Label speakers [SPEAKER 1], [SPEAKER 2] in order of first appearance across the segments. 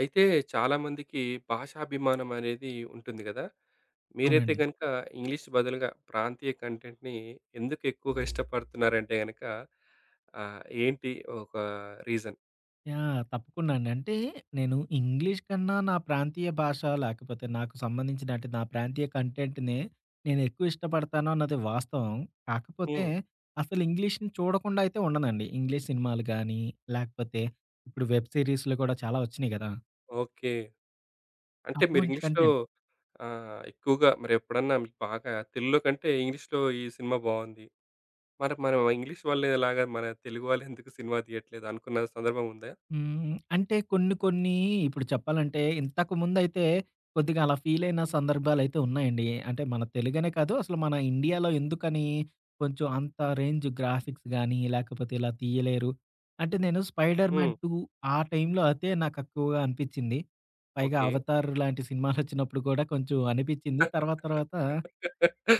[SPEAKER 1] అయితే చాలామందికి భాషాభిమానం అనేది ఉంటుంది కదా! మీరైతే
[SPEAKER 2] అవునండి.
[SPEAKER 1] గనుక ఇంగ్లీష్ బదులుగా ప్రాంతీయ కంటెంట్‌ని ఎందుకు ఎక్కువగా ఇష్టపడుతున్నారంటే గనక ఏంటి ఒక రీజన్?
[SPEAKER 2] యాహ్! తప్పకుండా అండి. అంటే నేను ఇంగ్లీష్ కన్నా నా ప్రాంతీయ భాష లేకపోతే నాకు సంబంధించిన అంటే నా ప్రాంతీయ కంటెంట్‌నే నేను ఎక్కువ ఇష్టపడతాను అన్నది వాస్తవం. కాకపోతే
[SPEAKER 1] హ్మ్.
[SPEAKER 2] అసలు ఇంగ్లీష్‌ని చూడకుండా అయితే ఉండనండి. ఇంగ్లీష్ సినిమాలు గాని, లేకపోతే ఇప్పుడు వెబ్ సీరీస్‌లు కూడా చాలా వచ్చినియి గదా!
[SPEAKER 1] ఓకే. అంటే మీరు
[SPEAKER 2] అటువంటి
[SPEAKER 1] ఇంగ్లీష్‌లో
[SPEAKER 2] కంటెంట్.
[SPEAKER 1] ఎక్కువగా మరెప్పుడన్నా మీకు బాగా తెలుగులో కంటే ఇంగ్లీష్‌లో ఈ సినిమా బావుంది. మరి మనం ఇంగ్లీష్ వాళ్ళలాగా మన తెలుగు వాళ్ళెందుకు సినిమా తీయట్లేదు అనుకున్న సందర్భం ఉందా?
[SPEAKER 2] హ్మ్. అంటే కొన్ని కొన్ని ఇప్పుడు చెప్పాలంటే ఇంతకుముందైతే కొద్దిగా అలా ఫీలయిన సందర్భాలైతే ఉన్నాయండి. అంటే మన తెలుగనే కాదు అసలు మన ఇండియాలో ఎందుకని కొంచెం అంత రేంజ్ గ్రాఫిక్స్ గానీ, లేకపోతే ఇలా తీయలేరు. అంటే నేను 'స్పైడర్
[SPEAKER 1] హ్మ్.
[SPEAKER 2] మ్యాన్ 2' ఆ టైంలో అయితే నాకు ఎక్కువగా అనిపిచ్చింది. పైగా
[SPEAKER 1] ఓకే.
[SPEAKER 2] 'అవతార్' లాంటి సినిమాలొచ్చినప్పుడు కూడా కొంచెం అనిపిచ్చింది. తర్వాత తర్వాత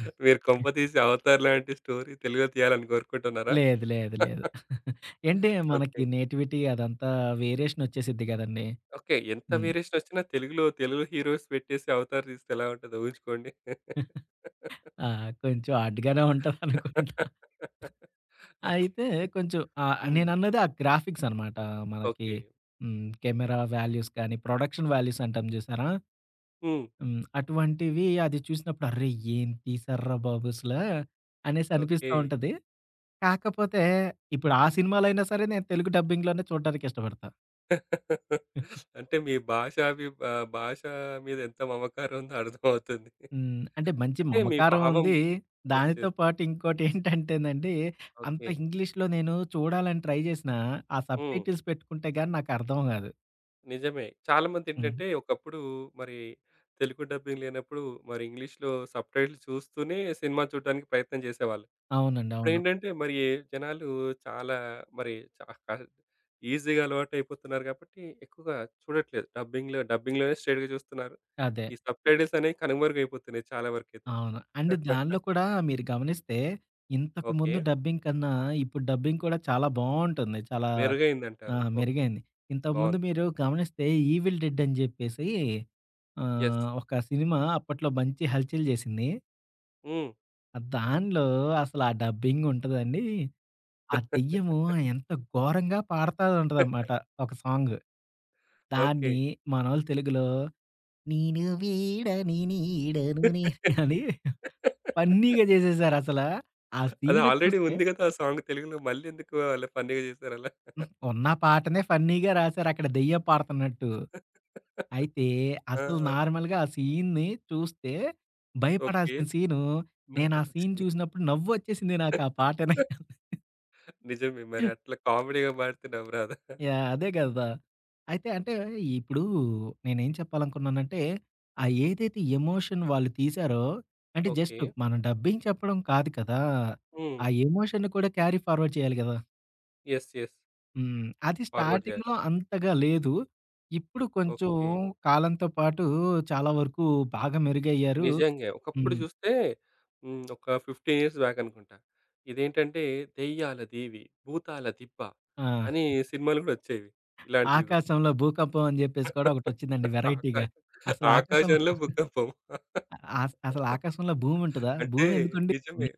[SPEAKER 2] హ్మ్.
[SPEAKER 1] మీరు కొంపతీసి 'అవతార్' లాంటి స్టోరీ తెలుగులో తీయాలని కోరుకుంటున్నారా?
[SPEAKER 2] లేదు. లేదు. లేదు. ఏంటి
[SPEAKER 1] ఓకే.
[SPEAKER 2] మనకి నేటివిటీ అదంతా వేరియేషన్ ఒచ్చేసిద్ది గదండీ!
[SPEAKER 1] ఓకే. ఎంత
[SPEAKER 2] హ్మ్.
[SPEAKER 1] వేరియేషనొచ్చినా తెలుగులో తెలుగు హీరోస్ పెట్టేసి 'అవతార్' తీస్తే ఎలా ఉంటదో ఊహించుకోండి.
[SPEAKER 2] ఆ! కొంచెం హార్డ్‌గానే ఉంటదనుకుంటా.
[SPEAKER 1] ఓకే.
[SPEAKER 2] అయితే కొంచెం
[SPEAKER 1] హ్మ్.
[SPEAKER 2] నేనన్నది ఆ గ్రాఫిక్స్ అనమాట. మనకి
[SPEAKER 1] ఓకే.
[SPEAKER 2] హ్మ్. కెమెరా వాల్యూస్ కానీ, ప్రొడక్షన్ వాల్యూస్ అంటాం చూసారా?
[SPEAKER 1] హ్మ్.
[SPEAKER 2] హ్మ్. అటువంటివి అది చూసినప్పుడు అరే! ఏం తీశార్రా బాబు అసల అనేసి
[SPEAKER 1] ఓకే.
[SPEAKER 2] అనిపిస్తా ఉంటది. కాకపోతే ఇప్పుడు ఆ సినిమాలైనా సరే నేను తెలుగు డబ్బింగ్‌లోనే చూడడానికి ఇష్టపడతా.
[SPEAKER 1] అంటే భాష మీద ఎంత మమకారం ఉందో అర్థమవుతుంది.
[SPEAKER 2] హ్మ్. అంటే మంచి
[SPEAKER 1] అంటే మీ
[SPEAKER 2] మమకారం
[SPEAKER 1] భావం
[SPEAKER 2] ఉంది.
[SPEAKER 1] యెస్.
[SPEAKER 2] దానితో
[SPEAKER 1] యెస్.
[SPEAKER 2] పాటు ఇంకోటేంటంటేనండి, అంత
[SPEAKER 1] ఓకే.
[SPEAKER 2] ఇంగ్లీష్‌లో నేను చూడాలని ట్రై చేసినా, ఆ సబ్
[SPEAKER 1] హ్మ్.
[SPEAKER 2] టైటిల్స్ పెట్టుకుంటే గాని నాకర్థం కాదు.
[SPEAKER 1] నిజమే.
[SPEAKER 2] హ్మ్.
[SPEAKER 1] చాలామందేంటంటే ఒకప్పుడు మరి తెలుగు డబ్బింగ్ లేనప్పుడు మరి ఇంగ్లీష్‌లో సబ్‌టైటిల్ చూస్తూనే సినిమా చూడడానికి ప్రయత్నం చేసేవాళ్ళు.
[SPEAKER 2] అవునండి. అవును.
[SPEAKER 1] ఇప్పుడేంటంటే మరి జనాలు చాలా మరి చా కాదు ఈజీగా అలవాటయిపోతున్నారు కాబట్టి ఎక్కువగా చూడట్లేదు. డబ్బింగ్‌లోనే స్ట్రెయిట్‌గా చూస్తున్నారు.
[SPEAKER 2] అదే.
[SPEAKER 1] ఈ సబ్‌టైటిల్స్ అనేవి కనుమరుగైపోతున్నాయి చాలా వరకైతే.
[SPEAKER 2] అవును. అండ్ దానిలో కూడా మీరు గమనిస్తే, ఇంతకు
[SPEAKER 1] ఓకే.
[SPEAKER 2] ముందు డబ్బింగ్ కన్నా, ఇప్పుడు డబ్బింగ్ కూడా చాలా బావుంటుంది. చాలా ఆ!
[SPEAKER 1] మెరుగైందంటారు. ఓకే.
[SPEAKER 2] మెరుగైంది. ఇంతకుముందు
[SPEAKER 1] బావుంది.
[SPEAKER 2] మీరు గమనిస్తే 'ఈవిల్ డెడ్' అని చెప్పేసి
[SPEAKER 1] యెస్.
[SPEAKER 2] ఒక సినిమా అప్పట్లో మంచి హల్చల్ చేసింది.
[SPEAKER 1] హ్మ్.
[SPEAKER 2] దానిలో అసలు ఆ డబ్బింగ్ ఉంటదండి. ఆ దెయ్యము ఎంత ఘోరంగా పాడతా ఉంటదనమాట ఒక సాంగ్.
[SPEAKER 1] ఓకే.
[SPEAKER 2] దాన్ని మనోళ్ళు తెలుగులో నేను వీడని నీడను నే అని ఫన్నీగా జేసేసారసల. ఆ
[SPEAKER 1] అది
[SPEAKER 2] సీన్
[SPEAKER 1] ఆల్రెడీ
[SPEAKER 2] చూస్తే
[SPEAKER 1] ఉంది గదా! ఆ సాంగ్ తెలుగులో మళ్ళెందుకు అలా ఫన్నీగా చేశారలా?
[SPEAKER 2] హ్మ్. ఉన్న పాటనే ఫన్నీగా రాసారు అక్కడ దెయ్యం పాడుతున్నట్టు. అయితే అసలు
[SPEAKER 1] ఆ!
[SPEAKER 2] నార్మల్‌గా ఆ సీన్‌ని చూస్తే
[SPEAKER 1] ఓకే.
[SPEAKER 2] భయపడాల్సిన సీను నేను ఆ సీన్
[SPEAKER 1] నవ్వొచ్చింది.
[SPEAKER 2] చూసినప్పుడు నవ్వొచ్చేసింది నాకు ఆ పాట వినంగానే.
[SPEAKER 1] నిజమే మరి అట్లా కామెడీగా పాడితే నవ్వు రాదా?
[SPEAKER 2] యాహ్! అదే గదా! అయితే అంటే ఇప్పుడు నేనేం చెప్పాలనుకున్నానంటే, ఆ ఏదైతే ఎమోషన్ వాళ్ళు తీశారో, అంటే
[SPEAKER 1] ఓకే.
[SPEAKER 2] జస్ట్ మనం డబ్బింగ్ చెప్పడం కాదు కదా!
[SPEAKER 1] హ్మ్.
[SPEAKER 2] ఆ ఎమోషన్‌ని కూడా క్యారీ ఫార్వర్డ్ చేయాలి గదా!
[SPEAKER 1] యెస్. యెస్.
[SPEAKER 2] హ్మ్. అది
[SPEAKER 1] ఫార్వర్డ్ జేయాలి.
[SPEAKER 2] స్టార్టింగ్‌లో అంతగా లేదు. ఇప్పుడు కొంచెం
[SPEAKER 1] ఓకే.
[SPEAKER 2] కాలంతో పాటు చాలా వరకు బాగా మెరుగయ్యారు.
[SPEAKER 1] నిజంగా. ఒకప్పుడు
[SPEAKER 2] హ్మ్.
[SPEAKER 1] చూస్తే హ్మ్. ఒక 15 ఇయర్స్ బ్యాక్ అనుకుంటా. ఇదేంటంటే దెయ్యాల దీవి, భూతాల దిబ్బ
[SPEAKER 2] ఆ!
[SPEAKER 1] అని సినిమాలు గూడా వచ్చేవి. ఇలాంటివి గూడా.
[SPEAKER 2] 'ఆకాశంలో భూకంపం' అని జెప్పేసి కూడా ఒకటొచ్చిందండి వెరైటీగా.
[SPEAKER 1] ఆకాశం
[SPEAKER 2] అసలు ఆకాశంలో
[SPEAKER 1] ఆకాశంలో భూకంపం.
[SPEAKER 2] అసలు ఆకాశంలో భూమి ఉంటదా?
[SPEAKER 1] అంటే
[SPEAKER 2] భూమి ఎందుకు
[SPEAKER 1] నిజమే.
[SPEAKER 2] ఉండిద్దండి?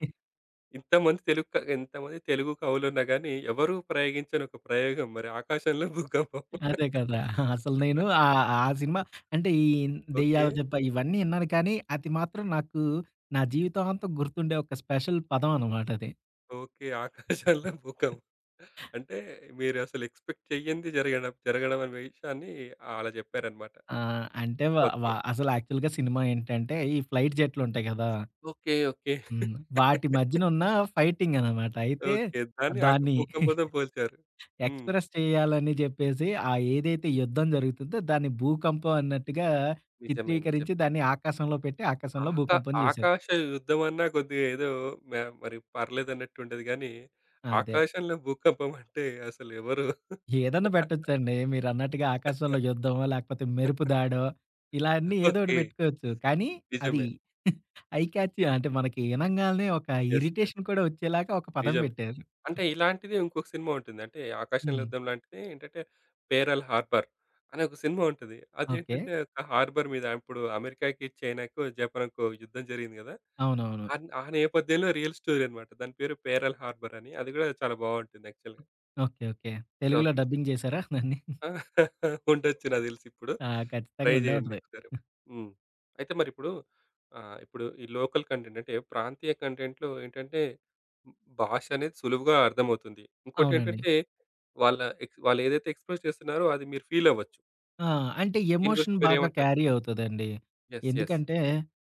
[SPEAKER 1] ఇంతమంది తెలుగు కవులున్నా గాని, ఎవరు ప్రయోగించని ఒక ప్రయోగం మరి 'ఆకాశంలో భూకంపం.'
[SPEAKER 2] అదే కదా! అసలు నేను ఆ సినిమా అంటే ఈ
[SPEAKER 1] ఓకే.
[SPEAKER 2] దెయ్యాల దెబ్బ ఇవన్నీ ఇన్నాను కానీ, అది మాత్రం నాకు నా జీవితాంతం గుర్తుండే ఒక స్పెషల్ పదం అనమాట అది.
[SPEAKER 1] ఓకే. 'ఆకాశంలో భూకంపం.' అంటే మీరసలు ఎక్స్‌పెక్ట్ చెయ్యంది జరగడం జరగడం అనే విషయాన్ని అలా చెప్పారన్నమాట.
[SPEAKER 2] ఆహ్, అంటే వ వ
[SPEAKER 1] ఓకే.
[SPEAKER 2] అసలు యాక్చువల్‌గా సినిమా ఏంటంటే, ఈ ఫ్లైట్ జెట్లు ఉంటాయి గదా!
[SPEAKER 1] ఓకే. ఓకే.
[SPEAKER 2] హ్మ్. వాటి మధ్యన ఉన్న ఫైటింగ్ అనమాట. అయితే
[SPEAKER 1] ఓకే. దాన్ని
[SPEAKER 2] దాన్ని
[SPEAKER 1] భూకంపంతో పోల్చారు. హ్మ్.
[SPEAKER 2] ఎక్స్‌ప్రెస్ చేయాలని జెప్పేసి, ఆ ఏదైతే యుద్ధం జరుగుతుందో దాన్ని భూకంపం అన్నట్టుగా
[SPEAKER 1] నిజమే. నిజమే.
[SPEAKER 2] చిత్రీకరించి దాన్ని ఆకాశంలో పెట్టి, ఆకాశంలో
[SPEAKER 1] ఆకా
[SPEAKER 2] భూకంపం జేశారు.
[SPEAKER 1] ఆకాశ యుద్ధమన్నా కొద్దిగా ఏదో మ మరి పర్లేదన్నట్టుంటది గానీ,
[SPEAKER 2] అదే.
[SPEAKER 1] ఆకాశంలో భూకంపం అంటే అసలెవరు
[SPEAKER 2] ఏదన్నా పెట్టొచ్చండి. మీరన్నట్టుగా ఆకాశంలో యుద్ధమో, లేకపోతే మెరుపు దాడో, ఇలా అన్నీ ఏదో ఒకటి
[SPEAKER 1] ఓకే.
[SPEAKER 2] పెట్టుకోవచ్చు. కానీ అది
[SPEAKER 1] నిజమే.
[SPEAKER 2] ఐ క్యాచ్ అంటే మనకి ఇనంగాల్నే ఒక
[SPEAKER 1] యెస్. యెస్.
[SPEAKER 2] ఇరిటేషన్ కూడా వచ్చేలాగా ఒక పదం
[SPEAKER 1] నిజమే.
[SPEAKER 2] పెట్టారు.
[SPEAKER 1] అంటే ఇలాంటిదే ఇంకొక సినిమా ఉంటుంది. అంటే ఆకాశంలో
[SPEAKER 2] హ్మ్.
[SPEAKER 1] యుద్ధం లాంటిది ఏంటంటే 'పేరల్ హార్బర్' అనే ఒక సినిమా ఉంటది.
[SPEAKER 2] ఓకే.
[SPEAKER 1] అదేంటంటే ఒక హార్బర్ మీద ఇప్పుడు అమెరికాకి, చైనాకో, జపాన్‌కో యుద్ధం జరిగింది గదా!
[SPEAKER 2] అవునవును.
[SPEAKER 1] ఆ నేపథ్యంలో రియల్ స్టోరీ అన్నమాట. దాని పేరు 'పేరల్ హార్బర్' అని. అది గూడా చాలా బావుంటుంది యాక్చువల్‌గా.
[SPEAKER 2] ఓకే. ఓకే. తెలుగులో
[SPEAKER 1] ఓకే.
[SPEAKER 2] డబ్బింగ్ చేశారా దాన్ని?
[SPEAKER 1] ఆ! ఉండొచ్చు నాకు తెలిసిప్పుడు.
[SPEAKER 2] ఆ!
[SPEAKER 1] ట్రై
[SPEAKER 2] ఖచ్చితంగా ఉండే
[SPEAKER 1] చేయండి
[SPEAKER 2] ఉంటది.
[SPEAKER 1] ఒకసారి. హ్మ్. అయితే మరిప్పుడు ఇప్పుడు ఈ లోకల్ కంటెంట్ అంటే ప్రాంతీయ కంటెంట్‌లో ఏంటంటే ఉమ్, భాష అనేది సులువుగా అర్థమవుతుంది.
[SPEAKER 2] అవునండి.
[SPEAKER 1] ఇంకోటేంటంటే వాళ్ళ వాళ్ళేదైతే ఎక్స్‌ప్రెస్ చేస్తున్నారో అది మీరు ఫీల్ అవ్వచ్చు.
[SPEAKER 2] ఆ! అంటే
[SPEAKER 1] దీని గురించి
[SPEAKER 2] ఎమోషన్ బాగా
[SPEAKER 1] మీరేమంటారు?
[SPEAKER 2] క్యారీ అవుతదండి.
[SPEAKER 1] యెస్. యెస్.
[SPEAKER 2] ఎందుకంటే,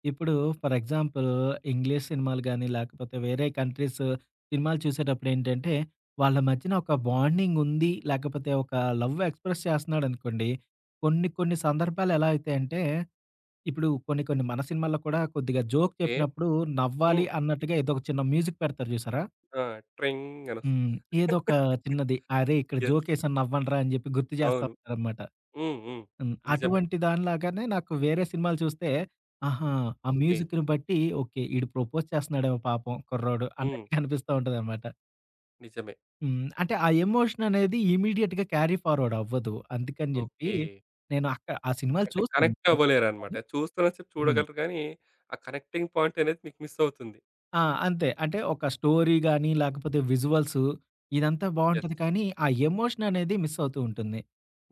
[SPEAKER 2] ఇప్పుడు ఫర్ ఎగ్జాంపుల్ ఇంగ్లీష్ సినిమాలు గాని, లేకపోతే వేరే కంట్రీస్ సినిమాలు చూసేటప్పుడేంటంటే, వాళ్ళ మధ్యన ఒక బాండింగ్ ఉంది, లేకపోతే ఒక లవ్ ఎక్స్‌ప్రెస్ చేస్తున్నాడనుకోండి, కొన్ని కొన్ని సందర్భాలు ఎలా అయితాయంటే, ఇప్పుడు కొన్ని కొన్ని మన సినిమాల్లో కూడా కొద్దిగా జోక్
[SPEAKER 1] ఓకే.
[SPEAKER 2] చెప్పినప్పుడు నవ్వాలి
[SPEAKER 1] హ్మ్.
[SPEAKER 2] అన్నట్టుగా ఏదో ఒక చిన్న మ్యూజిక్ పెడతారు చూసారా?
[SPEAKER 1] ఆ! ట్రింగ్ అనొస్తది.
[SPEAKER 2] హ్మ్. ఏదో ఒక చిన్నది, "అరేయ్! ఇక్కడ
[SPEAKER 1] యెస్.
[SPEAKER 2] జోకేసాను నవ్వండ్రా" అని చెప్పి గుర్తు చేస్తా
[SPEAKER 1] అవును.
[SPEAKER 2] ఉంటారనమాట.
[SPEAKER 1] హ్మ్. హ్మ్.
[SPEAKER 2] హ్మ్.
[SPEAKER 1] నిజమే.
[SPEAKER 2] అటువంటి దానిలాగానే నాకు వేరే సినిమాలు చూస్తే, ఆహా! ఆ
[SPEAKER 1] ఓకే.
[SPEAKER 2] మ్యూజిక్‌ని బట్టి ఓకే. ఈడు ప్రపోజ్ చేస్తున్నాడేమో పాపం కుర్రోడు
[SPEAKER 1] హ్మ్.
[SPEAKER 2] అన్నట్టుగా అనిపిస్తా ఉంటదనమాట.
[SPEAKER 1] నిజమే.
[SPEAKER 2] హ్మ్. అంటే ఆ ఎమోషన్ అనేది ఇమ్మీడియేట్‌గా క్యారీ ఫార్వర్డ్ అవ్వదు. అందుకని జెప్పి
[SPEAKER 1] ఓకే.
[SPEAKER 2] నేను అక్క ఆ సినిమాలు
[SPEAKER 1] అంటే
[SPEAKER 2] చూస్తాను.
[SPEAKER 1] కనెక్ట్
[SPEAKER 2] చూడనని
[SPEAKER 1] అవ్వలేరనమాట.
[SPEAKER 2] కాదు.
[SPEAKER 1] చూస్తున్న సేపు
[SPEAKER 2] హ్మ్.
[SPEAKER 1] చూడగలరు గానీ, ఆ కనెక్టింగ్ పాయింట్ అనేది మీకు మిస్ అవుతుంది.
[SPEAKER 2] ఆ! అంతే. అంటే ఒక స్టోరీ గాని, లేకపోతే విజువల్స్ ఇదంతా
[SPEAKER 1] యెస్.
[SPEAKER 2] బావుంటది కానీ, ఆ ఎమోషన్ అనేది మిస్ అవుతూ ఉంటుంది.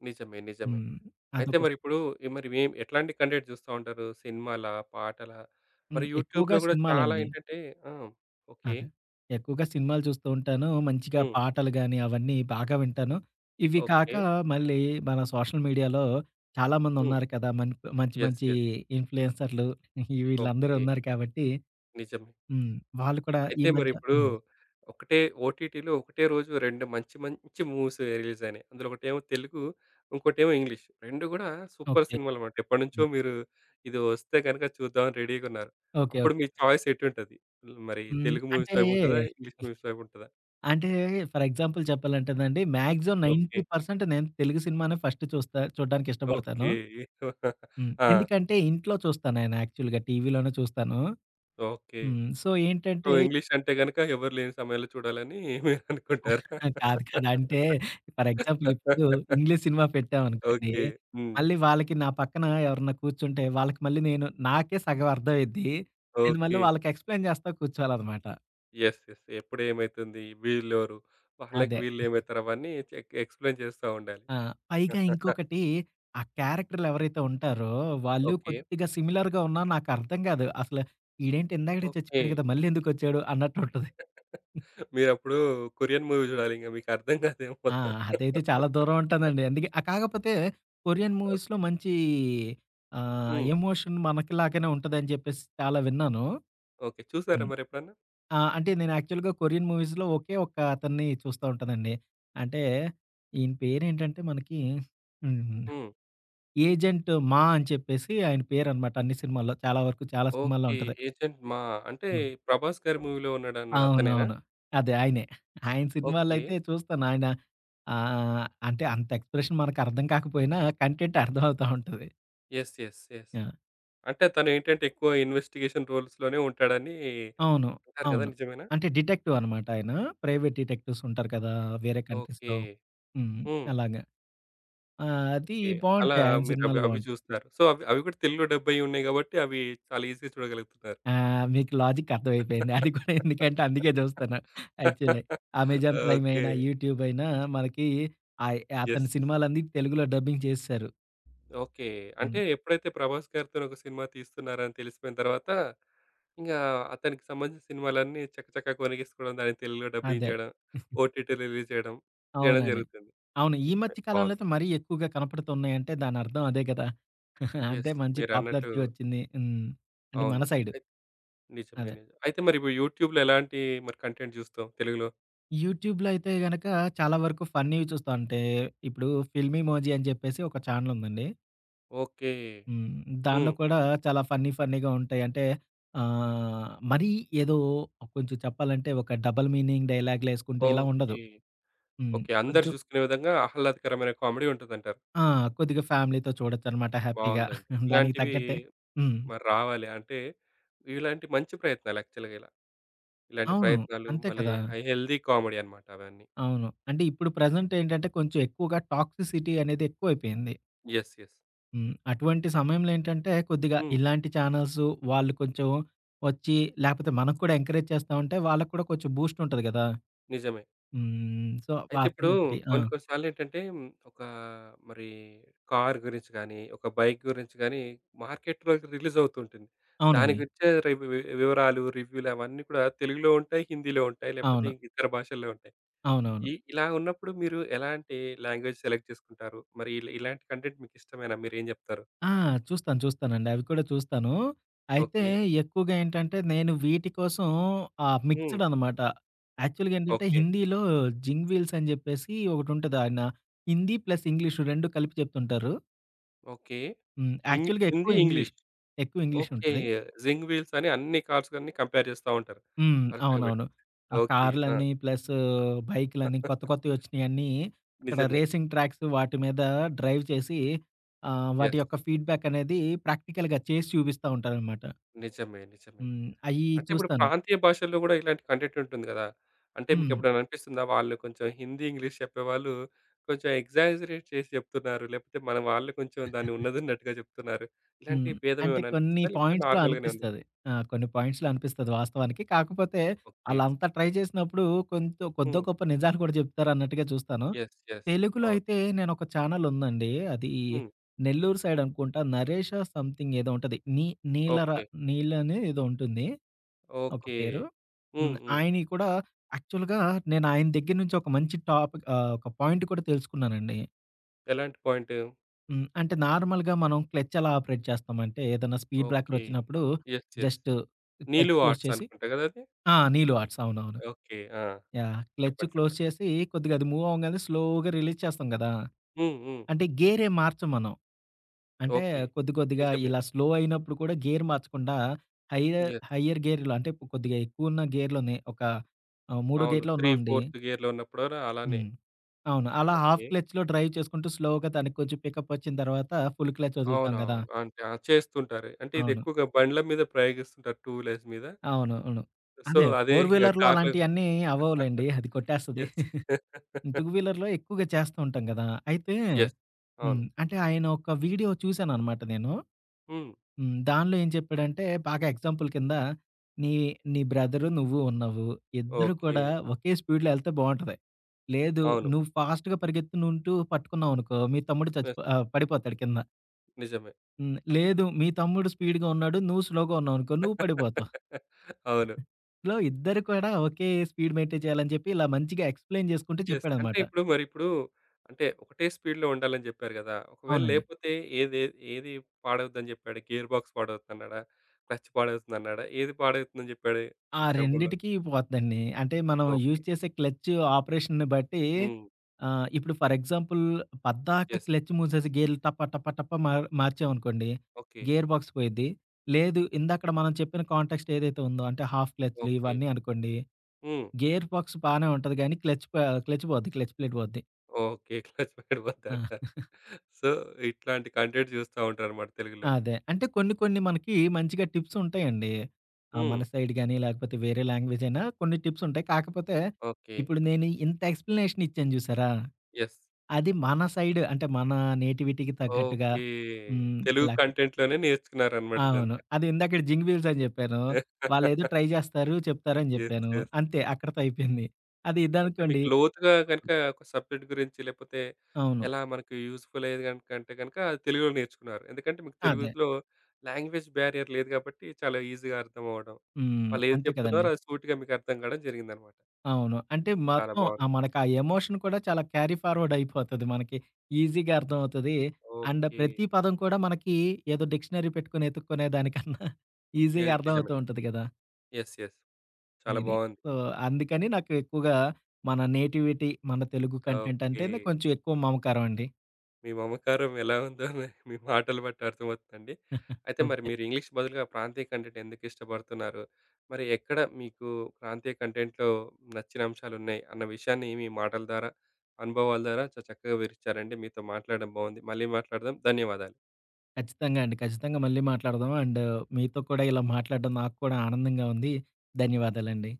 [SPEAKER 1] నిజమే. నిజమే.
[SPEAKER 2] హ్మ్.
[SPEAKER 1] అయితే
[SPEAKER 2] అదొకటి.
[SPEAKER 1] మరిప్పుడు ఈ మరి ఏం ఎట్లాంటి కంటెంట్ చూస్తా ఉంటారు? సినిమాలా? పాటలా? మరి
[SPEAKER 2] హ్మ్.
[SPEAKER 1] యూట్యూబ్‌లో
[SPEAKER 2] ఎక్కువగా
[SPEAKER 1] గూడా చాలా
[SPEAKER 2] సినిమాలండి.
[SPEAKER 1] ఏంటంటే ఆ! ఓకే.
[SPEAKER 2] అదే. ఎక్కువగా సినిమాలు చూస్తూ ఉంటాను. మంచిగా
[SPEAKER 1] హ్మ్.
[SPEAKER 2] పాటలు గాని, అవన్నీ బాగా వింటాను. ఇవి కాక
[SPEAKER 1] ఓకే.
[SPEAKER 2] మళ్ళీ మన సోషల్ మీడియాలో
[SPEAKER 1] హ్మ్.
[SPEAKER 2] చాలామందున్నారు కదా! మంచి
[SPEAKER 1] యెస్.
[SPEAKER 2] మంచి
[SPEAKER 1] యెస్.
[SPEAKER 2] ఇన్‌ఫ్లుయెన్సర్‌లు వీళ్ళందరూ
[SPEAKER 1] ఓకే.
[SPEAKER 2] ఉన్నారు కాబట్టి
[SPEAKER 1] నిజమే.
[SPEAKER 2] హ్మ్. వాళ్ళు కూడా ఈ
[SPEAKER 1] అయితే
[SPEAKER 2] మధ్య
[SPEAKER 1] మరిప్పుడు
[SPEAKER 2] హ్మ్.
[SPEAKER 1] ఒకటే ఓటీటీలో ఒకటే రోజు 2 మంచి, మంచి మూవీస్ రిలీజ్ అయినాయి. అందులో ఒకటేమో తెలుగు, ఇంకోటేమో ఇంగ్లీష్. 2 గూడా సూపర్
[SPEAKER 2] ఓకే.
[SPEAKER 1] సినిమాలన్నమాట. ఎప్పటినుంచో
[SPEAKER 2] హ్మ్.
[SPEAKER 1] మీరు ఇది వస్తే గనుక చూద్దామని రెడీగున్నారు.
[SPEAKER 2] ఓకే.
[SPEAKER 1] అప్పుడు మీ
[SPEAKER 2] ఓకే.
[SPEAKER 1] చాయిస్ ఎటుంటది? మరి
[SPEAKER 2] హ్మ్.
[SPEAKER 1] తెలుగు మూవీస్
[SPEAKER 2] అంటే,
[SPEAKER 1] వైపు ఉంటదా? ఇంగ్లీష్ మూవీస్ వైపు ఉంటదా?
[SPEAKER 2] అంటే ఫర్ ఎగ్జాంపుల్ చెప్పాలంటేనండి మాక్సిమం
[SPEAKER 1] ఓకే.
[SPEAKER 2] 90% నేను తెలుగు సినిమానే ఫస్ట్ చూస్తా చూడడానికి ఇష్టపడతాను.
[SPEAKER 1] ఓకే.
[SPEAKER 2] హ్మ్.
[SPEAKER 1] ఆ!
[SPEAKER 2] ఎందుకంటే ఇంట్లో చూస్తాను నేను యాక్చువల్‌గా టీవీలోనే చూస్తాను.
[SPEAKER 1] ఓకే.
[SPEAKER 2] హ్మ్. సో
[SPEAKER 1] సో,
[SPEAKER 2] ఏంటంటే
[SPEAKER 1] ఇంగ్లీష్ అంటే గనుక ఎవరు లేని సమయంలో చూడాలని మీరనుకుంటారు.
[SPEAKER 2] ఆ! కాదు కాదు. అంటే ఫర్ ఎగ్జాంపుల్ ఇప్పుడు ఇంగ్లీష్ సినిమా పెట్టామనుకోండి.
[SPEAKER 1] ఓకే. హ్మ్.
[SPEAKER 2] మళ్ళీ వాళ్ళకి నా పక్కన ఎవరన్నా కూర్చుంటే వాళ్ళకి మళ్ళీ నేను నాకే సగం అర్థమైద్ది. నేను మళ్ళీ
[SPEAKER 1] ఓకే.
[SPEAKER 2] వాళ్ళకి ఎక్స్‌ప్లెయిన్ చేస్తా కూర్చోవాలన్నమాట.
[SPEAKER 1] యెస్. యెస్. ఎప్పుడు ఏమైతుంది? వీళ్ళెవరు? వాళ్ళకి
[SPEAKER 2] అదే.
[SPEAKER 1] వీళ్ళేమైతారు? అవన్నీ ఎక్స్‌ప్లెయిన్ చేస్తా ఉండాలి.
[SPEAKER 2] ఆ! పైగా ఇంకొకటి ఆ క్యారెక్టర్‌లు ఎవరైతే ఉంటారో వాళ్ళు
[SPEAKER 1] ఓకే.
[SPEAKER 2] కొద్దిగా సిమిలర్‌గా ఉన్నా నాకు అర్థం కాదు. అసలు ఈడేంటి ఇందాకడే
[SPEAKER 1] ఓకే.
[SPEAKER 2] చచ్చిపోయాడు కదా! మళ్ళీ ఎందుకొచ్చాడు అన్నట్టుంటది.
[SPEAKER 1] మీరప్పుడు కొరియన్ మూవీ చూడాలి. ఇంక మీకు అర్థం కాదేమో
[SPEAKER 2] ఆ!
[SPEAKER 1] మొత్తం.
[SPEAKER 2] అదైతే చాలా దూరం ఉంటానండి. అందుకే ఆ! కాకపోతే కొరియన్
[SPEAKER 1] ఓకే.
[SPEAKER 2] మూవీస్‌లో మంచి
[SPEAKER 1] హ్మ్.
[SPEAKER 2] ఎమోషన్ మనకిలాగానే ఉంటదని జెప్పేసి చాలా విన్నాను.
[SPEAKER 1] ఓకే. చూసారా
[SPEAKER 2] హ్మ్.
[SPEAKER 1] మరెప్పుడన్నా?
[SPEAKER 2] ఆ! అంటే నేను యాక్చువల్‌గా కొరియన్ మూవీస్‌లో ఒకే ఒక్క అతన్ని చూస్తా ఉంటానండి. అంటే ఈయన పేరేంటంటే మనకి హ్మ్.
[SPEAKER 1] హ్మ్.
[SPEAKER 2] ఏజెంట్ మా అని చెప్పేసి ఆయన పేరనమాట అన్ని సినిమాల్లో. చాలా వరకు చాలా సినిమాల్లో
[SPEAKER 1] ఓకే.
[SPEAKER 2] ఉంటది.
[SPEAKER 1] 'ఏజెంట్ మా' అంటే
[SPEAKER 2] హ్మ్.
[SPEAKER 1] 'ప్రభాస్' గారి మూవీలో ఉన్నాడన్నాడు అతనేనా?
[SPEAKER 2] అవునవును. అదే ఆయనే. ఆయన
[SPEAKER 1] ఓకే.
[SPEAKER 2] సినిమాలైతే చూస్తాను. ఆయన ఆహ్, అంటే అంత ఎక్స్‌ప్రెషన్ మనకర్థం కాకపోయినా కంటెంట్ అర్థమవుతా ఉంటది.
[SPEAKER 1] యెస్. యెస్. యెస్.
[SPEAKER 2] ఆ!
[SPEAKER 1] అంటే తనేంటంటే ఎక్కువ ఇన్వెస్టిగేషన్ రోల్స్‌లోనే ఉంటాడని
[SPEAKER 2] అవును.
[SPEAKER 1] అంటారు కదా!
[SPEAKER 2] అవును.
[SPEAKER 1] నిజమేనా?
[SPEAKER 2] అంటే డిటెక్టివ్ అనమాట ఆయన. ప్రైవేట్ డిటెక్టివ్స్ ఉంటారు కదా! వేరే
[SPEAKER 1] ఓకే.
[SPEAKER 2] కంట్రీస్‌లో. హ్మ్.
[SPEAKER 1] హ్మ్.
[SPEAKER 2] అలాగా. ఆ! అది
[SPEAKER 1] ఓకే. అలా
[SPEAKER 2] బావుంటాయి. ఆయన
[SPEAKER 1] మీరవి అవి
[SPEAKER 2] సినిమాలు
[SPEAKER 1] అవి
[SPEAKER 2] బావుంటాయి.
[SPEAKER 1] చూస్తున్నారు. సో, అవి అవి కూడా తెలుగులో డబ్ అయ్యి ఉన్నాయి గాబట్టి, అవి చాలా ఈజీగా చూడగలుగుతున్నారు.
[SPEAKER 2] ఆ! మీకు లాజిక్ అర్థమైపోయింది. అది కూడా ఎందుకంటే అందుకే చూస్తాను. యాక్చువల్లీ. Amazon Prime
[SPEAKER 1] okay.
[SPEAKER 2] అయినా, యూట్యూబ్ అయినా మనకి ఆహ్, అతని
[SPEAKER 1] యెస్.
[SPEAKER 2] సినిమాలన్నీ తెలుగులో డబ్బింగ్ చేసేశారు.
[SPEAKER 1] ఓకే. అంటే
[SPEAKER 2] హ్మ్.
[SPEAKER 1] ఎప్పుడైతే 'ప్రభాస్' గారితోని ఒక సినిమా తీస్తున్నారని తెలిసిపోయిన తర్వాత, ఇంగా అతనికి సంబంధించిన సినిమాలన్నీ చకచకా కొనిగేసుకోవడం, దాన్ని తెలుగులో డబ్బింగ్
[SPEAKER 2] అదే.
[SPEAKER 1] చేయడం, ఓటీటీలో రిలీజ్ చేయడం, చేయడం
[SPEAKER 2] అవునండి.
[SPEAKER 1] జరుగుతుంది.
[SPEAKER 2] అవును. ఈ
[SPEAKER 1] నిజమే.
[SPEAKER 2] మధ్య కాలంలో
[SPEAKER 1] బావుంది.
[SPEAKER 2] అయితే మరీ ఎక్కువగా కనపడుతున్నాయంటే దానర్థం అదే కదా! అంటే
[SPEAKER 1] యెస్.
[SPEAKER 2] మంచి
[SPEAKER 1] మీరన్నట్టు
[SPEAKER 2] పాపులారిటీ వచ్చింది. హ్మ్. అంటే
[SPEAKER 1] అవును.
[SPEAKER 2] మన సైడు.
[SPEAKER 1] నిజమే. నిజమే.
[SPEAKER 2] అదే.
[SPEAKER 1] నిజం. అయితే మరి ఇప్పుడు యూట్యూబ్‌లో ఎలాంటి మరి కంటెంట్ చూస్తావు తెలుగులో?
[SPEAKER 2] యూట్యూబ్‌లో అయితే గనక చాలా వరకు ఫన్నీవి చూస్తా. అంటే ఇప్పుడు ఫిల్మీమోజీ అని చెప్పేసి ఒక ఛానెల్ ఉందండి.
[SPEAKER 1] ఓకే.
[SPEAKER 2] హ్మ్. దానిలో
[SPEAKER 1] హ్మ్.
[SPEAKER 2] కూడా చాలా ఫన్నీ ఫన్నీగా ఉంటాయి. అంటే మరీ ఏదో కొంచెం చెప్పాలంటే ఒక డబుల్ మీనింగ్ డైలాగ్‌లేసుకుంటూ ఇలా ఉండదు.
[SPEAKER 1] ఓకే.
[SPEAKER 2] హ్మ్.
[SPEAKER 1] ఓకే. అందరూ
[SPEAKER 2] కొంచెం
[SPEAKER 1] చూసుకునే విధంగా ఆహ్లాదకరమైన కామెడీ ఉంటదంటారు.
[SPEAKER 2] ఆ! కొద్దిగా ఫ్యామిలీతో చూడొచ్చనమాట హ్యాపీగా.
[SPEAKER 1] బావుందండి.
[SPEAKER 2] దానికి
[SPEAKER 1] ఇలాంటివి
[SPEAKER 2] తగ్గట్టే హ్మ్.
[SPEAKER 1] మరి రావాలి. అంటే ఇలాంటి మంచి ప్రయత్నాలు యాక్చువల్‌గా ఇలా. ఇలాంటి
[SPEAKER 2] అవును.
[SPEAKER 1] ప్రయత్నాలు
[SPEAKER 2] అంతే
[SPEAKER 1] మళ్ళీ
[SPEAKER 2] కదా!
[SPEAKER 1] హెల్తీ కామెడీ అన్నమాట అవన్నీ.
[SPEAKER 2] అవును. అంటే ఇప్పుడు ప్రెజెంట్ ఏంటంటే కొంచెం ఎక్కువగా టాక్సిసిటీ అనేది ఎక్కువైపోయింది.
[SPEAKER 1] యెస్. యెస్.
[SPEAKER 2] హ్మ్. అటువంటి సమయంలో ఏంటంటే కొద్దిగా
[SPEAKER 1] హ్మ్.
[SPEAKER 2] ఇలాంటి ఛానెల్స్ వాళ్ళు కొంచెం వచ్చి లేకపోతే మనం కూడా ఎంకరేజ్ చేస్తా ఉంటే వాళ్ళకి కూడా కొంచెం బూస్ట్ ఉంటది కదా!
[SPEAKER 1] నిజమే.
[SPEAKER 2] హ్మ్. సో,
[SPEAKER 1] అయితే ఇప్పుడు
[SPEAKER 2] అతనొకటి. ఆ!
[SPEAKER 1] కొన్ని కొన్ని సార్లేంటంటే ఒక మరి కార్ గురించి గాని, ఒక బైక్ గురించి గాని మార్కెట్‌లోకి రిలీజ్ అవుతూ ఉంటుంది. దాని
[SPEAKER 2] అవునండి.
[SPEAKER 1] గురించే రి వి వివరాలు, రివ్యూలు అవన్నీ కూడా తెలుగులో ఉంటాయి, హిందీలో ఉంటాయి, లేకపోతే
[SPEAKER 2] అవును.
[SPEAKER 1] ఇంక ఇతర భాషల్లో ఉంటాయి.
[SPEAKER 2] అవునవును.
[SPEAKER 1] ఇలా ఉన్నప్పుడు మీరు ఎలాంటి లాంగ్వేజ్ సెలెక్ట్ చేసుకుంటారు? మరి ఇలాంటి కంటెంట్ మీకిష్టమేనా? మీరేం జెప్తారు?
[SPEAKER 2] ఆ! చూస్తాను. చూస్తానండి. అవి కూడా చూస్తాను. అయితే
[SPEAKER 1] ఓకే.
[SPEAKER 2] ఎక్కువగా ఏంటంటే, నేను వీటి కోసం
[SPEAKER 1] హ్మ్.
[SPEAKER 2] మిక్స్‌డ్ అనమాట. యాక్చువల్‌గా ఏంటంటే,
[SPEAKER 1] ఓకే.
[SPEAKER 2] హిందీలో 'జింగ్ వీల్స్' అని చెప్పేసి ఒకటుంటది. ఆయన హిందీ ప్లస్ ఇంగ్లీషు 2 కలిపి చెప్తుంటారు.
[SPEAKER 1] ఓకే.
[SPEAKER 2] హ్మ్. యాక్చువల్‌గా ఎక్కువ
[SPEAKER 1] హిందీ,
[SPEAKER 2] ఇంగ్లీష్.
[SPEAKER 1] ఇంగ్లీష్.
[SPEAKER 2] ఎక్కువ ఇంగ్లీష్
[SPEAKER 1] ఓకే.
[SPEAKER 2] ఉంటది.
[SPEAKER 1] జింగ్ వీల్స్ అని అన్ని కార్స్ అన్నీ కంపేర్ జేస్తా ఉంటారు.
[SPEAKER 2] హ్మ్.
[SPEAKER 1] వరుసగా బెట్టి.
[SPEAKER 2] అవునవును. ఆ
[SPEAKER 1] ఓకే. ఆ!
[SPEAKER 2] కార్లని ప్లస్ బైకులని కొత్త కొత్తవి వచ్చినయన్నీ అక్కడ
[SPEAKER 1] నిజమే.
[SPEAKER 2] రేసింగ్ ట్రాక్స్ వాటి మీద డ్రైవ్ చేసి వాటి
[SPEAKER 1] యెస్.
[SPEAKER 2] యొక్క ఫీడ్‌బ్యాక్ అనేది ప్రాక్టికల్‌గా చేసి చూపిస్తా ఉంటారనమాట.
[SPEAKER 1] నిజమే. నిజమే.
[SPEAKER 2] హ్మ్. అయ్యి
[SPEAKER 1] అంటే ఇప్పుడు
[SPEAKER 2] చూస్తాను.
[SPEAKER 1] ప్రాంతీయ భాషల్లో గూడా ఇలాంటి కంటెంట్ ఉంటుంది గదా! అంటే
[SPEAKER 2] హ్మ్.
[SPEAKER 1] మీకెప్పుడైనా అనిపిస్తుందా? వాళ్ళు కొంచెం హిందీ, ఇంగ్లీష్ చెప్పేవాళ్ళు కొంచెం ఎగ్జాజరేట్ చేసి చెప్తున్నారు. లేకపోతే మన వాళ్ళు కొంచెం దాన్ని ఉన్నదున్నట్టుగా చెప్తున్నారు.
[SPEAKER 2] హ్మ్.
[SPEAKER 1] ఇలాంటి భేదం
[SPEAKER 2] అంటే
[SPEAKER 1] ఏమైనా
[SPEAKER 2] కొన్ని
[SPEAKER 1] అనిపిచ్చిందా? లేకపోతే
[SPEAKER 2] పాయింట్స్‌లో
[SPEAKER 1] నార్మల్ గానే ఉందా?
[SPEAKER 2] అనిపిస్తది. ఆ! కొన్ని పాయింట్స్‌లో అనిపిస్తది వాస్తవానికి. కాకపోతే
[SPEAKER 1] ఓకే.
[SPEAKER 2] ఆళ్ళంతా ట్రై చేసినప్పుడు కొంత కొద్దో
[SPEAKER 1] హ్మ్.
[SPEAKER 2] గొప్ప నిజాలు కూడా చెప్తారన్నట్టుగా చూస్తాను.
[SPEAKER 1] యెస్. యెస్.
[SPEAKER 2] తెలుగులో
[SPEAKER 1] అవును.
[SPEAKER 2] అయితే నేనొక ఛానెల్ ఉందండి. అది
[SPEAKER 1] హ్మ్.
[SPEAKER 2] నెల్లూరు సైడ్ అనుకుంటా 'నరేష సంథింగ్' ఏదో ఉంటది. నీ నీలర
[SPEAKER 1] ఓకే.
[SPEAKER 2] నీలని ఏదో ఉంటుంది ఒక
[SPEAKER 1] ఓకే.
[SPEAKER 2] పేరు.
[SPEAKER 1] హ్మ్.
[SPEAKER 2] హ్మ్.
[SPEAKER 1] హ్మ్.
[SPEAKER 2] ఆయనయి కూడా యాక్చువల్‌గా నేను ఆయన దగ్గర నుంచి ఒక మంచి టాపిక్ ఒక పాయింట్ కూడా తెలుసుకున్నానండి.
[SPEAKER 1] ఎలాంటి పాయింట్?
[SPEAKER 2] హ్మ్. అంటే నార్మల్‌గా మనం క్లచ్ ఎలా ఆపరేట్ చేస్తామంటే, ఏదైనా స్పీడ్ బ్రేకర్
[SPEAKER 1] ఓకే.
[SPEAKER 2] వచ్చినప్పుడు
[SPEAKER 1] యెస్. యెస్.
[SPEAKER 2] జస్ట్ క్లచ్
[SPEAKER 1] 'నీలు
[SPEAKER 2] క్లోజ్
[SPEAKER 1] ఆర్ట్స్'
[SPEAKER 2] చేసి
[SPEAKER 1] అనుకుంటా గదా! అది?
[SPEAKER 2] ఆ! నీలు ఆర్ట్స్ అవునవును.
[SPEAKER 1] ఓకే. ఆ!
[SPEAKER 2] యాహ్! క్లచ్
[SPEAKER 1] చెప్పండి.
[SPEAKER 2] క్లోజ్
[SPEAKER 1] చెప్పండి.
[SPEAKER 2] చేసి కొద్దిగా అది మూవ్ అవ్వంగానే స్లోగా రిలీజ్ చేస్తాం గదా!
[SPEAKER 1] హ్మ్. హ్మ్.
[SPEAKER 2] అంటే గేరే మార్చం మనం. అంటే
[SPEAKER 1] ఓకే.
[SPEAKER 2] కొద్ది కొద్దిగా
[SPEAKER 1] నిజమే.
[SPEAKER 2] ఇలా స్లో అయినప్పుడు కూడా గేర్ మార్చకుండా హైయర్,
[SPEAKER 1] యెస్.
[SPEAKER 2] హైయర్ గేర్‌లో అంటే కొద్దిగా ఎక్కువున్న గేర్‌లోనే ఒక మూడో
[SPEAKER 1] అవును.
[SPEAKER 2] గేర్‌లో
[SPEAKER 1] 3,
[SPEAKER 2] ఉన్నామండి.
[SPEAKER 1] 4థ్ గేర్‌లో ఉన్నప్పుడు గూడా అలానే.
[SPEAKER 2] హ్మ్. అవును. అలా హాఫ్
[SPEAKER 1] ఓకే.
[SPEAKER 2] క్లచ్‌లో డ్రైవ్ చేసుకుంటూ స్లోగా దానికి కొంచెం పికప్ వచ్చిన తర్వాత ఫుల్ క్లచ్ వదులుతాం గదా!
[SPEAKER 1] అవునవును. అంటే ఆ! చేస్తుంటారు. అంటే ఇది
[SPEAKER 2] అవును.
[SPEAKER 1] ఎక్కువగా బండ్ల మీద ప్రయోగిస్తుంటారు టూ వీలర్స్ మీద.
[SPEAKER 2] అవును. అవును.
[SPEAKER 1] సో,
[SPEAKER 2] అదే
[SPEAKER 1] అదే
[SPEAKER 2] ఫోర్
[SPEAKER 1] ఇంగ
[SPEAKER 2] వీలర్‌లో
[SPEAKER 1] కార్‌లో గూడా
[SPEAKER 2] అలాంటియన్నీ అవ్వవులెండి. అది కొట్టేస్తది.
[SPEAKER 1] యెస్. యెస్.
[SPEAKER 2] టూ వీలర్‌లో ఎక్కువగా చేస్తూ ఉంటాం గదా! అయితే
[SPEAKER 1] అవును.
[SPEAKER 2] హ్మ్. అంటే ఆయన ఒక వీడియో చూసాననమాట నేను.
[SPEAKER 1] హ్మ్.
[SPEAKER 2] హ్మ్. దానిలో ఏం చెప్పాడంటే బాగా ఎగ్జాంపుల్ కింద నీ నీ బ్రదరు నువ్వు ఉన్నావు. ఇద్దరు
[SPEAKER 1] ఓకే.
[SPEAKER 2] కూడా ఒకే స్పీడ్‌లో ఎళ్తే బావుంటది. లేదు
[SPEAKER 1] అవును.
[SPEAKER 2] నువ్వు ఫాస్ట్‌గా పరిగెత్తునుంటూ పట్టుకున్నావనుకో మీ తమ్ముడు
[SPEAKER 1] యెస్.
[SPEAKER 2] పడిపోతాడు కింద.
[SPEAKER 1] నిజమే.
[SPEAKER 2] హ్మ్. లేదు మీ తమ్ముడు స్పీడ్‌గా ఉన్నాడు. నువ్వు స్లోగా ఉన్నావనుకో నువ్వు పడిపోతావు.
[SPEAKER 1] అవును.
[SPEAKER 2] లో ఇద్దరు కూడా ఒకే స్పీడ్ మెయింటైన్ చేయాలని చెప్పి, ఇలా మంచిగా ఎక్స్‌ప్లెయిన్ జేసుకుంటూ
[SPEAKER 1] యెస్. అంటే
[SPEAKER 2] చెప్పాడనమాట.
[SPEAKER 1] ఇప్పుడు మరిప్పుడు అంటే ఒకటే స్పీడ్‌లో ఉండాలని జెప్పారు గదా! ఒకవేళ
[SPEAKER 2] అవునండి.
[SPEAKER 1] లేపోతే ఏది ఏది ఏది పాడవుద్దని జెప్పాడు? గేర్ బాక్స్ పాడవుద్దన్నాడా? క్లచ్ పాడవుతుందన్నాడా? ఏది పాడవుతుందని జెప్పాడు
[SPEAKER 2] ఆ
[SPEAKER 1] ఎగ్జాంపుల్‌లో?
[SPEAKER 2] రెండిటికి పోద్దండి. అంటే మనం
[SPEAKER 1] ఓకే.
[SPEAKER 2] యూజ్ చేసే క్లచ్ ఆపరేషన్‌ని బట్టి
[SPEAKER 1] హ్మ్.
[SPEAKER 2] ఇప్పుడు ఫర్ ఎగ్జాంపుల్ పద్దాక
[SPEAKER 1] యెస్.
[SPEAKER 2] క్లచ్ మూసేసి గేర్లు టప టప టప మార్చామనుకోండి,
[SPEAKER 1] ఓకే.
[SPEAKER 2] గేర్ బాక్స్ పోయిద్ది. లేదు ఇందాకడ మనం చెప్పిన కాంటెక్స్ట్ ఏదైతే ఉందో అంటే హాఫ్ క్లచ్‌లు
[SPEAKER 1] ఓకే.
[SPEAKER 2] ఇవన్నీ అనుకోండి,
[SPEAKER 1] హ్మ్.
[SPEAKER 2] గేర్ బాక్స్ బానే ఉంటది గానీ క్లచ్ పోద్ది. క్లచ్ ప్లేట్ పోద్ది.
[SPEAKER 1] ఓకే. క్లచ్ ప్యాడ్
[SPEAKER 2] ఆ!
[SPEAKER 1] వద్దంటారు. సో, ఇట్లాంటి కంటెంట్ చూస్తా ఉంటారన్నమాట తెలుగులో.
[SPEAKER 2] అదే. అంటే కొన్ని కొన్ని మనకి మంచిగా టిప్స్ ఉంటాయండి.
[SPEAKER 1] హ్మ్.
[SPEAKER 2] మన సైడ్ గాని లేకపోతే వేరే లాంగ్వేజ్ అయినా కొన్ని టిప్స్ ఉంటాయి. కాకపోతే
[SPEAKER 1] ఓకే.
[SPEAKER 2] ఇప్పుడు నేను ఇంత ఎక్స్‌ప్లనేషన్ ఇచ్చాను చూసారా?
[SPEAKER 1] యెస్.
[SPEAKER 2] అది మన సైడ్ అంటే మన నేటివిటీకి తగ్గట్టుగా
[SPEAKER 1] ఓకే.
[SPEAKER 2] హ్మ్.
[SPEAKER 1] తెలుగు
[SPEAKER 2] లేకపోతే
[SPEAKER 1] కంటెంట్‌లోనే నేర్చుకున్నారన్నమాట
[SPEAKER 2] అవును.
[SPEAKER 1] ఇదంతా.
[SPEAKER 2] అది ఇందాకడ 'జింగ్ వీల్స్' అని చెప్పాను. వాళ్ళేదో ట్రై చేస్తారు, చెప్తారు అని
[SPEAKER 1] యెస్.
[SPEAKER 2] చెప్పాను.
[SPEAKER 1] యెస్.
[SPEAKER 2] అంతే అక్కడితో అయిపోయింది. అది
[SPEAKER 1] అంటే
[SPEAKER 2] ఇదనుకోండి
[SPEAKER 1] మీకు లోతుగా గనుక
[SPEAKER 2] ఎగ్జాంపుల్.
[SPEAKER 1] ఒక సబ్జెక్ట్ గురించి లేపోతే
[SPEAKER 2] అవును.
[SPEAKER 1] ఎలా మనకు యూజ్‌ఫుల్ అయ్యేది గనుక అంటే గనుక తెలుగులో నేర్చుకున్నారు. ఎందుకంటే మీకు
[SPEAKER 2] అదే.
[SPEAKER 1] తెలుగులో లాంగ్వేజ్ బ్యారియర్ లేదు కాబట్టి చాలా ఈజీగా అర్థం అవ్వడం.
[SPEAKER 2] హ్మ్.
[SPEAKER 1] వాళ్ళేది
[SPEAKER 2] అంతే
[SPEAKER 1] చెప్తున్నారో
[SPEAKER 2] కదండీ!
[SPEAKER 1] అది సూటిగా మీకు అర్థం కావడం జరిగిందన్నమాట.
[SPEAKER 2] అవును. అంటే
[SPEAKER 1] చాలా
[SPEAKER 2] మొత్తం
[SPEAKER 1] బావుంది.
[SPEAKER 2] మనకు ఆ ఎమోషన్ కూడా చాలా క్యారీ ఫార్వర్డ్ అయిపోతది మనకి. ఈజీగా అర్థమవుతది. And
[SPEAKER 1] okay.
[SPEAKER 2] ప్రతి పదం కూడా మనకి ఏదో డిక్షనరీ పెట్టుకొని ఎతుక్కునే దానికన్నా ఈజీగా
[SPEAKER 1] నిజమే.
[SPEAKER 2] అర్థమవుతూ ఉంటది కదా!
[SPEAKER 1] యెస్. యెస్. చాలా
[SPEAKER 2] ఇది.
[SPEAKER 1] బావుంది.
[SPEAKER 2] సో, అందుకని నాకు ఎక్కువగా మన నేటివిటీ, మన తెలుగు కంటెంట్
[SPEAKER 1] ఓకే.
[SPEAKER 2] అంటేనే కొంచెం ఎక్కువ మమకారం అండి.
[SPEAKER 1] మీ మమకారం ఎలా ఉందో మరి మీ మాటలు బట్టి అర్థమవుతుందండి. అయితే మరి
[SPEAKER 2] ఓకే.
[SPEAKER 1] మీరు ఇంగ్లీష్ బదులుగా ప్రాంతీయ కంటెంట్ ఎందుకు ఇష్టపడుతున్నారు? మరి ఎక్కడ మీకు ప్రాంతీయ కంటెంట్‌లో నచ్చిన అంశాలున్నాయి అన్న విషయాన్ని మీ మాటల ద్వారా, అనుభవాల ద్వారా చాలా చక్కగా వివరించారండి. మీతో మాట్లాడడం బావుంది. మళ్ళీ మాట్లాడదాం. ధన్యవాదాలు.
[SPEAKER 2] ఖచ్చితంగా అండి. ఖచ్చితంగా మళ్ళీ మాట్లాడదాం. అండ్ మీతో కూడా ఇలా మాట్లాడడం నాకు కూడా ఆనందంగా ఉంది. ధన్యవాదాలండి.